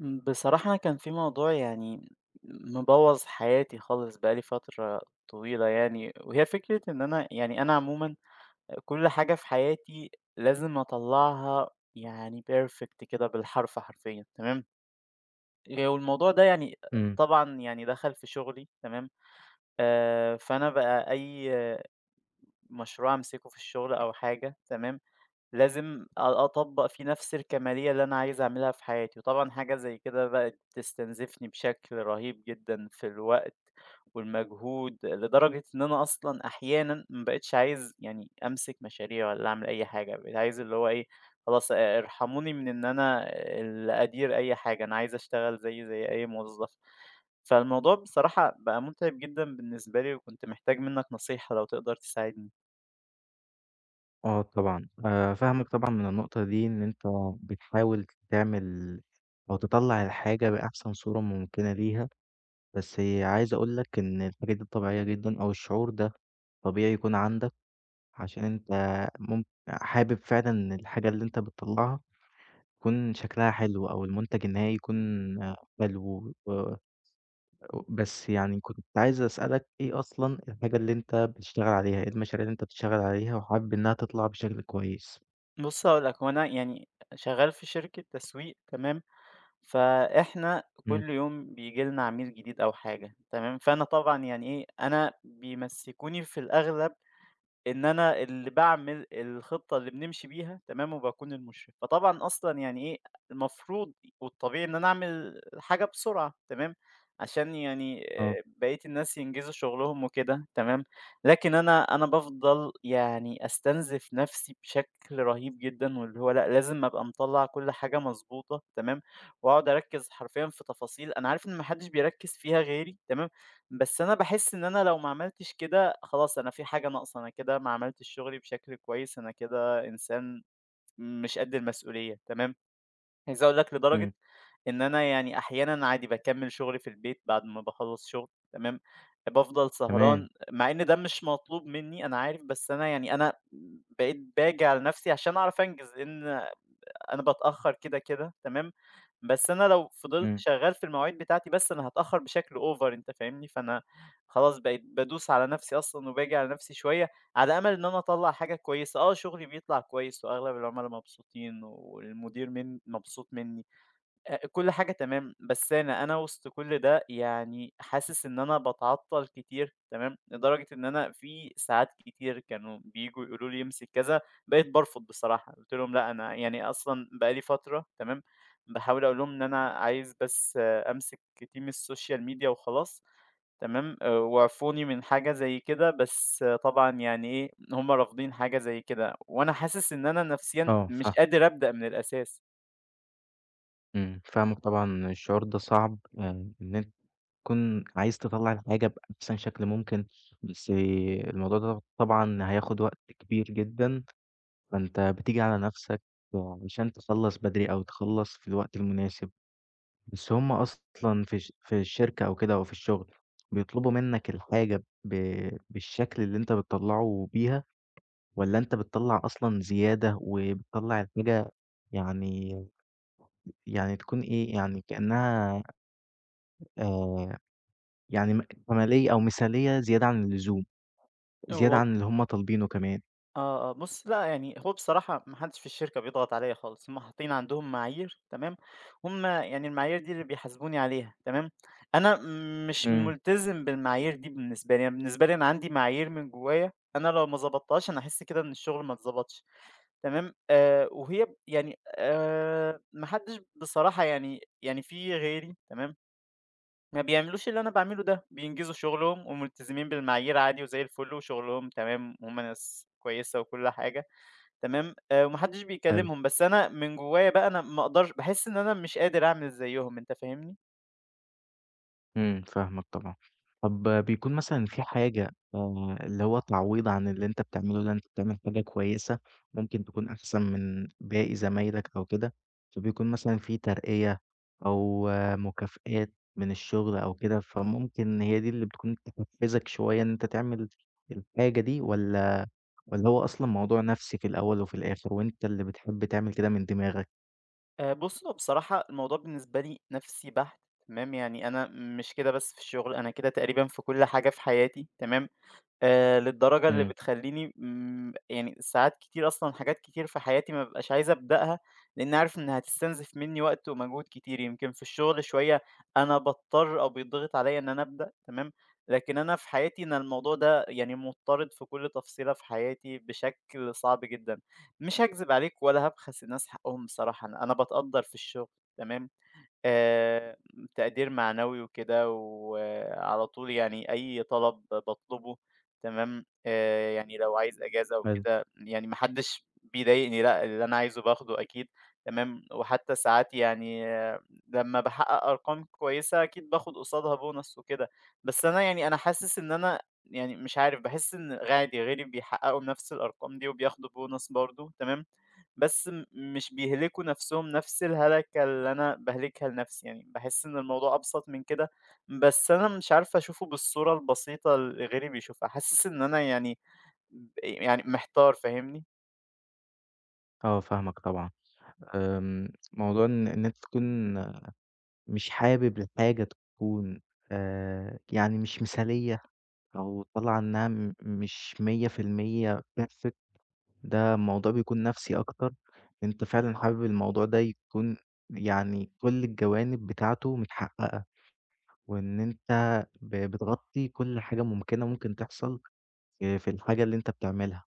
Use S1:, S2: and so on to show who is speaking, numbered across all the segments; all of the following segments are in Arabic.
S1: بصراحة أنا كان في موضوع يعني مبوّظ حياتي خالص بقى لي فترة طويلة يعني، وهي فكرة إن أنا يعني أنا عمومًا كل حاجة في حياتي لازم أطلّعها يعني perfect كده بالحرف حرفيًا تمام، والموضوع ده يعني
S2: إمم،
S1: طبعًا يعني دخل في شغلي تمام، فأنا بقى أي مشروع أمسكه في الشغل أو حاجة تمام، لازم أطبّق فيه نفس الكمالية اللي أنا عايز أعملها في حياتي، وطبعًا حاجة زي كده بقت تستنزفني بشكل رهيب جدًا في الوقت والمجهود، لدرجة إن أنا أصلًا أحيانًا ما بقيتش عايز يعني أمسك مشاريع والّا أعمل أي حاجة، بقيت عايز اللي هو إيه، خلاص ارحموني من إن أنا اللي أدير أي حاجة، أنا عايز أشتغل زيي زي أي موظف. فالموضوع بصراحة بقى مُتعب جدًا بالنسبة لي، وكنت محتاج منّك نصيحة لو تقدر تساعدني.
S2: آه طبعًا، فاهمك طبعًا من النقطة دي إن أنت بتحاول تعمل أو تطلّع الحاجة بأحسن صورة ممكنة ليها، بس عايز أقول لك إن الحاجة دي طبيعية جدًا أو الشعور ده طبيعي يكون عندك، عشان أنت حابب فعلًا إن الحاجة اللي أنت بتطلّعها يكون شكلها حلو أو المنتج النهائي يكون حلو بس يعني كنت عايز أسألك إيه أصلًا الحاجة اللي أنت بتشتغل عليها، إيه المشاريع اللي أنت بتشتغل عليها وحابب إنها تطلع بشكل كويس؟
S1: بُص هاقول لك، هو أنا يعني شغّال في شركة تسويق تمام، فإحنا
S2: إمم.
S1: كل يوم بييجي لنا عميل جديد أو حاجة تمام، فأنا طبعًا يعني إيه، أنا بيمسّكوني في الأغلب إن أنا اللي باعمل الخطة اللي بنمشي بيها تمام، وباكون المُشرف، فطبعًا أصلًا يعني إيه، المفروض والطبيعي إن أنا أعمل حاجة بسرعة تمام، عشان يعني
S2: آه.
S1: بقية الناس ينجزوا شغلهم وكده تمام، لكن أنا بافضل يعني أستنزف نَفْسي بشكل رهيب جدًا، واللي هو لأ، لازم أبقى مطلّع كل حاجة مضبوطة تمام، وأقعد أركّز حرفيًا في تفاصيل أنا عارف إن ما حدّش بيركّز فيها غيري تمام، بس أنا باحس إن أنا لو ما عملتش كده، خلاص أنا في حاجة ناقصة، أنا كده ما عملتش شغلي بشكل كويس، أنا كده إنسان مش قد المسؤولية، تمام؟ عايز أقول لك لدرجة
S2: إمم.
S1: إن أنا يعني أحيانًا عادي باكمّل شغلي في البيت بعد ما باخلّص شغل، تمام؟ بافضل
S2: تمام.
S1: سهران مع إن ده مش مطلوب منّي أنا عارف، بس أنا بقيت باجي على نفسي عشان أعرف أنجز، لإن أنا باتأخّر كده، كده تمام، بس أنا لو فضلت
S2: إمم.
S1: شغّال في المواعيد بتاعتي بس أنا هاتأخّر بشكل over أنت فاهمني، فأنا خلاص بقيت بادوس على نَفْسي أصلًا وباجي على نَفْسي شوية على أمل إن أنا أطلّع حاجة كويسة، آه شغلي بيطلع كويس وأغلب العُملا مبسوطين والمدير مبسوط منّي. كل حاجة تمام، بس أنا وسط كل ده يعني حاسس إن أنا باتعطّل كتير تمام، لدرجة إن أنا في ساعات كتير كانوا بييجوا يقولوا لي امسك كذا، بقيت بارفض بصراحة، قُلت لهم لأ أنا يعني أصلًا بقى لي فترة تمام، باحاول أقول لهم إن أنا عايز بس آه، أمسك team السوشيال ميديا وخلاص تمام، واعفوني من حاجة زي كده، بس آه، طبعًا يعني إيه، هُم رافضين حاجة زي كده، وأنا حاسس إن أنا نفسيًا
S2: آه
S1: مش
S2: فاه
S1: قادر أبدأ من الأساس.
S2: إمم، فاهمِك طبعًا الشعور ده صعب، إن أنتِ تكون عايز تطلّع الحاجة بأحسن شكل ممكن، بس الموضوع ده طبعًا هياخد وقت كبير جدًا، فأنت بتيجي على نَفْسك علشان تخلّص بدري أو تخلّص في الوقت المناسب، بس هُم أصلًا في الشركة أو كده أو في الشغل بيطلبوا منّك الحاجة بالشكل اللي أنت بتطلّعه بيها، والّا أنت بتطلّع أصلًا زيادة وبتطلّع الحاجة يعني يعني تكون إيه، يعني كأنها آآ يعني م كمالية أو مثالية زيادة عن اللزوم، زيادة
S1: وال
S2: عن اللي هُم طالبينه كمان.
S1: آه، آه، بُص لأ، يعني هو بصراحة ما حدش في الشركة بيضغط عليّا خالص، هُم حاطين عندهم معايير تمام، هُم يعني المعايير دي اللي بيحاسبوني عليها تمام، أنا مش
S2: إمم.
S1: ملتزم بالمعايير دي بالنسبة لي، أنا بالنسبة لي أنا عندي معايير من جوايا، أنا لو ما ضبطتهاش أنا أحس كده إن الشغل ما اتضبطش تمام، وهي يعني ما حدش بصراحة يعني في غيري تمام، ما بيعملوش اللي أنا باعمله ده، بينجزوا شغلهم وملتزمين بالمعايير عادي وزي الفل وشغلهم تمام وهُم ناس كويسة وكل حاجة. تمام، وما حدش
S2: حلو.
S1: بيكلّمهم، بس أنا من جوّايا بقى أنا ما أقدرش باحس إن أنا مش قادر أعمل زيّهم أنت فاهمني؟
S2: إمم، فاهمك طبعًا. طب بيكون مثلًا في حاجة اللي هو تعويض عن اللي أنت بتعمله ده، أنت بتعمل حاجة كويسة ممكن تكون أحسن من باقي زمايلك أو كده، فبيكون مثلًا في ترقية أو آه مكافآت من الشغل أو كده، فممكن هي دي اللي بتكون تحفزك شوية إن أنت تعمل الحاجة دي والّا واللي هو أصلًا موضوع نفْسي في الأول وفي الآخر، وأنت اللي بتحب تعمل كده من دماغك.
S1: بُص، هو بصراحة الموضوع بالنسبة لي نَفْسي بَحت تمام، يعني أنا مش كده بس في الشغل، أنا كده تقريبًا في كل حاجة في حياتي تمام، للدرجة اللي
S2: إمم.
S1: بتخلّيني يعني ساعات كتير أصلًا حاجات كتير في حياتي ما بابقاش عايز أبدأها، لإني عارف إنها هتستنزف منّي وقت ومجهود كتير. يمكن في الشغل شوية أنا باضطر أو بيتضغط عليّا إن أنا أبدأ تمام، لكن أنا في حياتي أنا الموضوع ده يعني مُضطرد في كل تفصيلة في حياتي بشكل صعب جدًا. مش هاكذب عليك ولا هابخس الناس حقهم بصراحة، أنا باتقدّر في الشغل تمام، آآ، تقدير معنوي وكده، وعلى طول يعني أي طلب باطلبه تمام، يعني لو عايز إجازة
S2: حلو.
S1: وكده يعني ما حدش بيضايقني لأ، اللي أنا عايزه باخده أكيد تمام، وحتى ساعات يعني آه، لمّا باحقق أرقام كويسة أكيد باخد قصادها bonus وكده، بس أنا حاسس إن أنا يعني مش عارف باحس إن عادي غيري بيحققوا نفس الأرقام دي وبياخدوا bonus برضه تمام، بس مش بيهلكوا نَفْسهم نَفْس الهلكة اللي أنا باهلكها لنَفْسي يعني، باحس إن الموضوع أبسط من كده، بس أنا مش عارف أشوفه بالصورة البسيطة اللي غيري بيشوفها، حاسس إن أنا يعني يعني محتار فاهمني؟
S2: آه فاهمك طبعًا. آمم، موضوع إن أنت تكون مش حابب الحاجة تكون يعني مش مثالية أو طالعة إنها م مش 100% perfect، ده موضوع بيكون نفْسي أكتر، أنت فعلًا حابب الموضوع ده يكون يعني كل الجوانب بتاعته متحققة، وإن أنت بتغطي كل حاجة ممكنة ممكن تحصل في الحاجة اللي أنت بتعملها.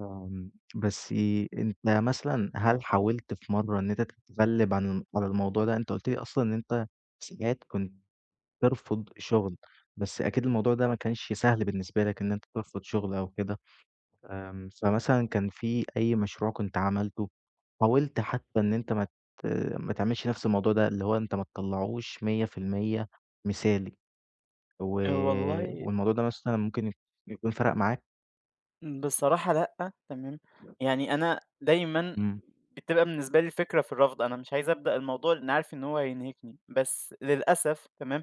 S2: آمم. بس أنت مثلًا هل حاولت في مرّة إن أنت تتغلب عن الم على الموضوع ده؟ أنت قُلت لي أصلًا إن أنت ساعات كنت ترفض شغل، بس أكيد الموضوع ده ما كانش سهل بالنسبة لك إن أنت ترفض شغل أو كده. آمم. فمثلًا كان في أي مشروع كنت عملته، حاولت حتى إن أنت ما تعملش نفس الموضوع ده، اللي هو أنت ما تطلّعوش 100% مثالي، و
S1: والله
S2: والموضوع ده مثلًا ممكن يكون فرق معاك؟
S1: بصراحة لأ، تمام، يعني أنا دايمًا
S2: إمم.
S1: بتبقى بالنسبة لي الفكرة في الرفض، أنا مش عايز أبدأ الموضوع لإنّي عارف إن هو هينهكني، بس للأسف تمام،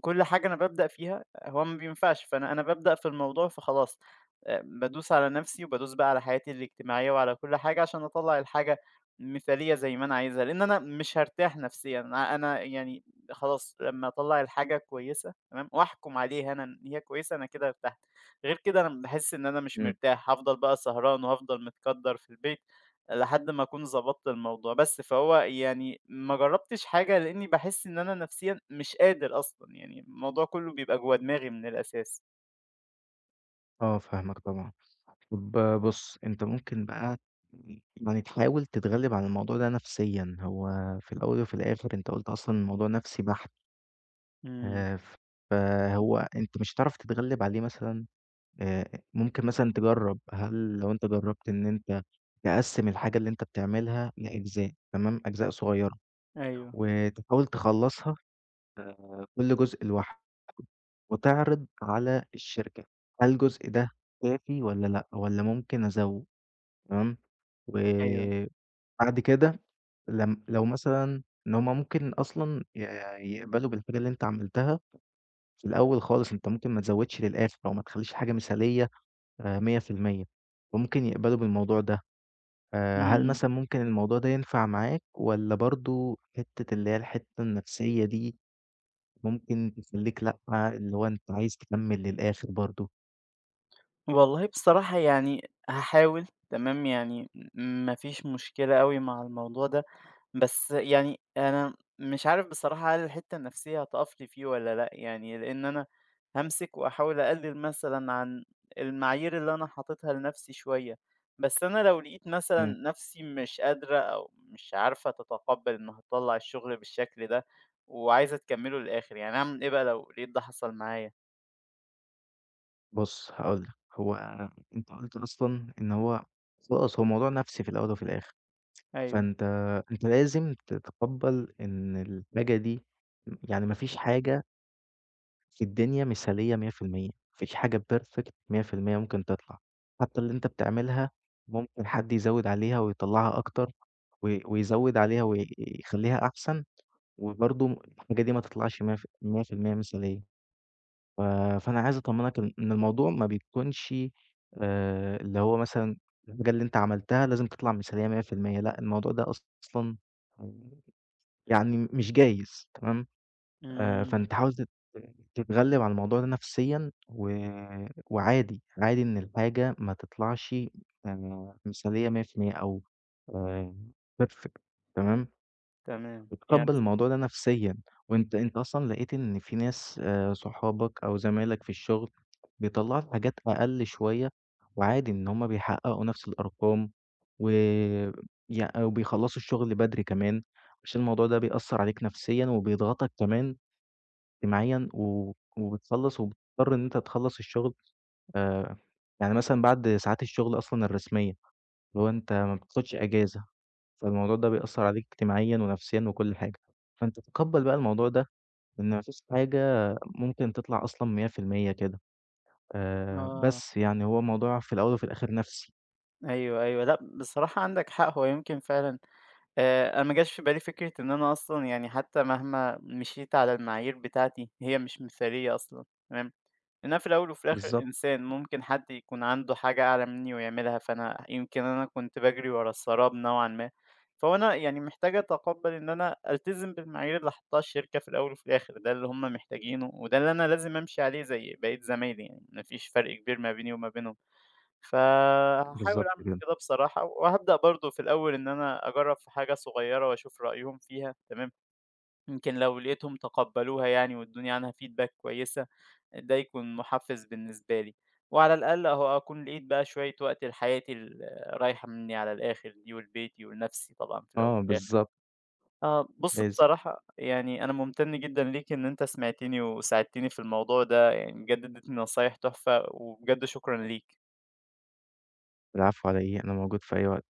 S1: كل حاجة أنا بابدأ فيها هو ما بينفعش، فأنا بابدأ في الموضوع فخلاص بادوس على نَفْسي وبادوس بقى على حياتي الاجتماعية وعلى كل حاجة عشان أطلّع الحاجة مثالية زي ما أنا عايزها، لإن أنا مش هارتاح نفسيًا، أنا يعني خلاص لمّا أطلّع الحاجة كويسة تمام، وأحكُم عليها أنا إن هي كويسة أنا كده ارتحت، غير كده أنا باحس إن أنا مش
S2: إمم.
S1: مرتاح، هافضل بقى سهران وهافضل متكدّر في البيت. لحد ما أكون ضبطت الموضوع، فهو يعني ما جرّبتش حاجة لإني باحس إن أنا نفسيًا مش قادر أصلًا، يعني الموضوع كلّه بيبقى جوّه دماغي من الأساس.
S2: آه فاهمك طبعًا. طب بُص، أنت ممكن بقى يعني تحاول تتغلب على الموضوع ده نفسيًا، هو في الأول وفي الآخر أنت قُلت أصلًا الموضوع نفسي بحت.
S1: إمم،
S2: آآ، فهو أنت مش هتعرف تتغلب عليه مثلًا. ممكن مثلًا تجرّب، هل لو أنت جرّبت إن أنت تقسّم الحاجة اللي أنت بتعملها لأجزاء، تمام، أجزاء صغيرة،
S1: أيوه،
S2: وتحاول تخلّصها كل جزء لوحده، وتعرض على الشركة، هل الجزء ده كافي والّا لأ، والّا ممكن أزوّد، تمام، و
S1: أيوه.
S2: بعد كده لم لو مثلًا إن هُم ممكن أصلًا يقبلوا بالحاجة اللي أنت عملتها في الأول خالص، أنت ممكن ما تزوّدش للآخر أو ما تخلّيش حاجة مثالية 100%، فممكن يقبلوا بالموضوع ده. هل
S1: إمم.
S2: مثلًا ممكن الموضوع ده ينفع معاك والّا برضه حتّة اللي هي الحتّة النفسية دي ممكن تخلّيك لأ، اللي هو أنت عايز تكمّل للآخر برضه؟
S1: والله بصراحة يعني هاحاول تمام، يعني ما فيش مشكلة أوي مع الموضوع ده. بس يعني أنا مش عارف بصراحة هل الحتّة النفسية هتقف لي فيه والّا لأ، يعني لإن أنا هامسك وأحاول أقلِّل مثلًا عن المعايير اللي أنا حاططها لنفسي شوية، بس أنا لو لقيت مثلًا
S2: إمم.
S1: نفسي مش قادرة أو مش عارفة تتقبّل إنّها تطلّع الشغل بالشكل ده وعايزة تكمّله للآخِر، يعني أعمل إيه بقى لو لقيت ده حصل معايا؟
S2: بُص هاقول لك، هو أنت قُلت أصلًا إن هو خلاص هو موضوع نَفْسي في الأول وفي الآخر.
S1: أيوه،
S2: فأنت أنت لازم تتقبّل إن الحاجة دي يعني ما فيش حاجة في الدنيا مثالية 100%، ما فيش حاجة perfect 100% ممكن تطلع، حتى اللي أنت بتعملها ممكن حد يزوّد عليها ويطلّعها أكتر ويزوّد عليها ويخلّيها أحسن، وبرضه الحاجة دي ما تطلعش ميّة ف 100% مثالية. ف فأنا عايز أطمّنك إن الموضوع ما بيكونش اللي هو مثلًا الحاجة اللي أنت عملتها لازم تطلع مثالية 100%، لأ، الموضوع ده أصلًا يعني مش جايز تمام.
S1: إمم،
S2: فأنت حاول تتغلب على الموضوع ده نفسيًا وعادي، عادي إن الحاجة ما تطلعش مثالية 100% أو آآ perfect، تمام،
S1: تمام، يعني
S2: بتتقبّل الموضوع ده نفسيًا، أنت أصلًا لقيت إن في ناس صحابك أو زمايلك في الشغل بيطلّعوا الحاجات أقل شوية، وعادي إن هم بيحققوا نفس الأرقام و يع وبيخلّصوا الشغل بدري كمان، عشان الموضوع ده بيأثّر عليك نفسيًا وبيضغطك كمان اجتماعيًا وبتخلّص وبتضطر إن أنت تخلّص الشغل آآ يعني مثلًا بعد ساعات الشغل أصلًا الرسمية، اللي هو أنت ما بتاخدش إجازة. فالموضوع ده بيأثّر عليك اجتماعيًا ونفسيًا وكل حاجة، فأنت تقبّل بقى الموضوع ده إن ما فيش حاجة ممكن تطلع أصلًا 100% كده.
S1: آه،
S2: بس يعني هو الموضوع في الأول وفي الآخر نَفْسي.
S1: أيوه، أيوه، لأ بصراحة عندك حق، هو يمكن فعلًا أنا ما جاش في بالي فكرة إن أنا أصلًا يعني حتى مهما مشيت على المعايير بتاعتي، هي مش مثالية أصلًا، تمام؟ لأن أنا في الأول وفي الآخر
S2: بالضبط.
S1: إنسان، ممكن حد يكون عنده حاجة أعلى مني ويعملها، فأنا يمكن أنا كنت باجري ورا السراب نوعًا ما، فهو أنا يعني محتاج أتقبّل إن أنا ألتزم بالمعايير اللي حاطاها الشركة في الأول وفي الآخر، ده اللي هُم محتاجينه وده اللي أنا لازم أمشي عليه زي بقية زمايلي يعني، ما فيش فرق كبير ما بيني وما بينهم. فهاحاول
S2: بالضبط
S1: أعمل
S2: كده.
S1: كده بصراحة، وهابدأ برضه في الأول إن أنا أجرّب في حاجة صغيّرة وأشوف رأيهم فيها تمام، يمكن لو لقيتهم تقبّلوها يعني وادّوني عنها feedback كويسة، ده يكون محفّز بالنسبة لي، وعلى الأقل أهو أكون لقيت بقى شوية وقت لحياتي آه، رايحة منّي على الآخر دي ولبيتي ولنَفْسي طبعًا في الأول
S2: آه،
S1: وفي الآخر.
S2: بالضبط.
S1: آه، بُص
S2: لازم.
S1: بصراحة يعني أنا ممتن جدًا ليك إن أنت سمعتني وساعدتني في الموضوع ده، يعني بجد ادّيتني نصايح تحفة وبجد شكرًا ليك.
S2: العفو على إيه، أنا موجود في أي وقت.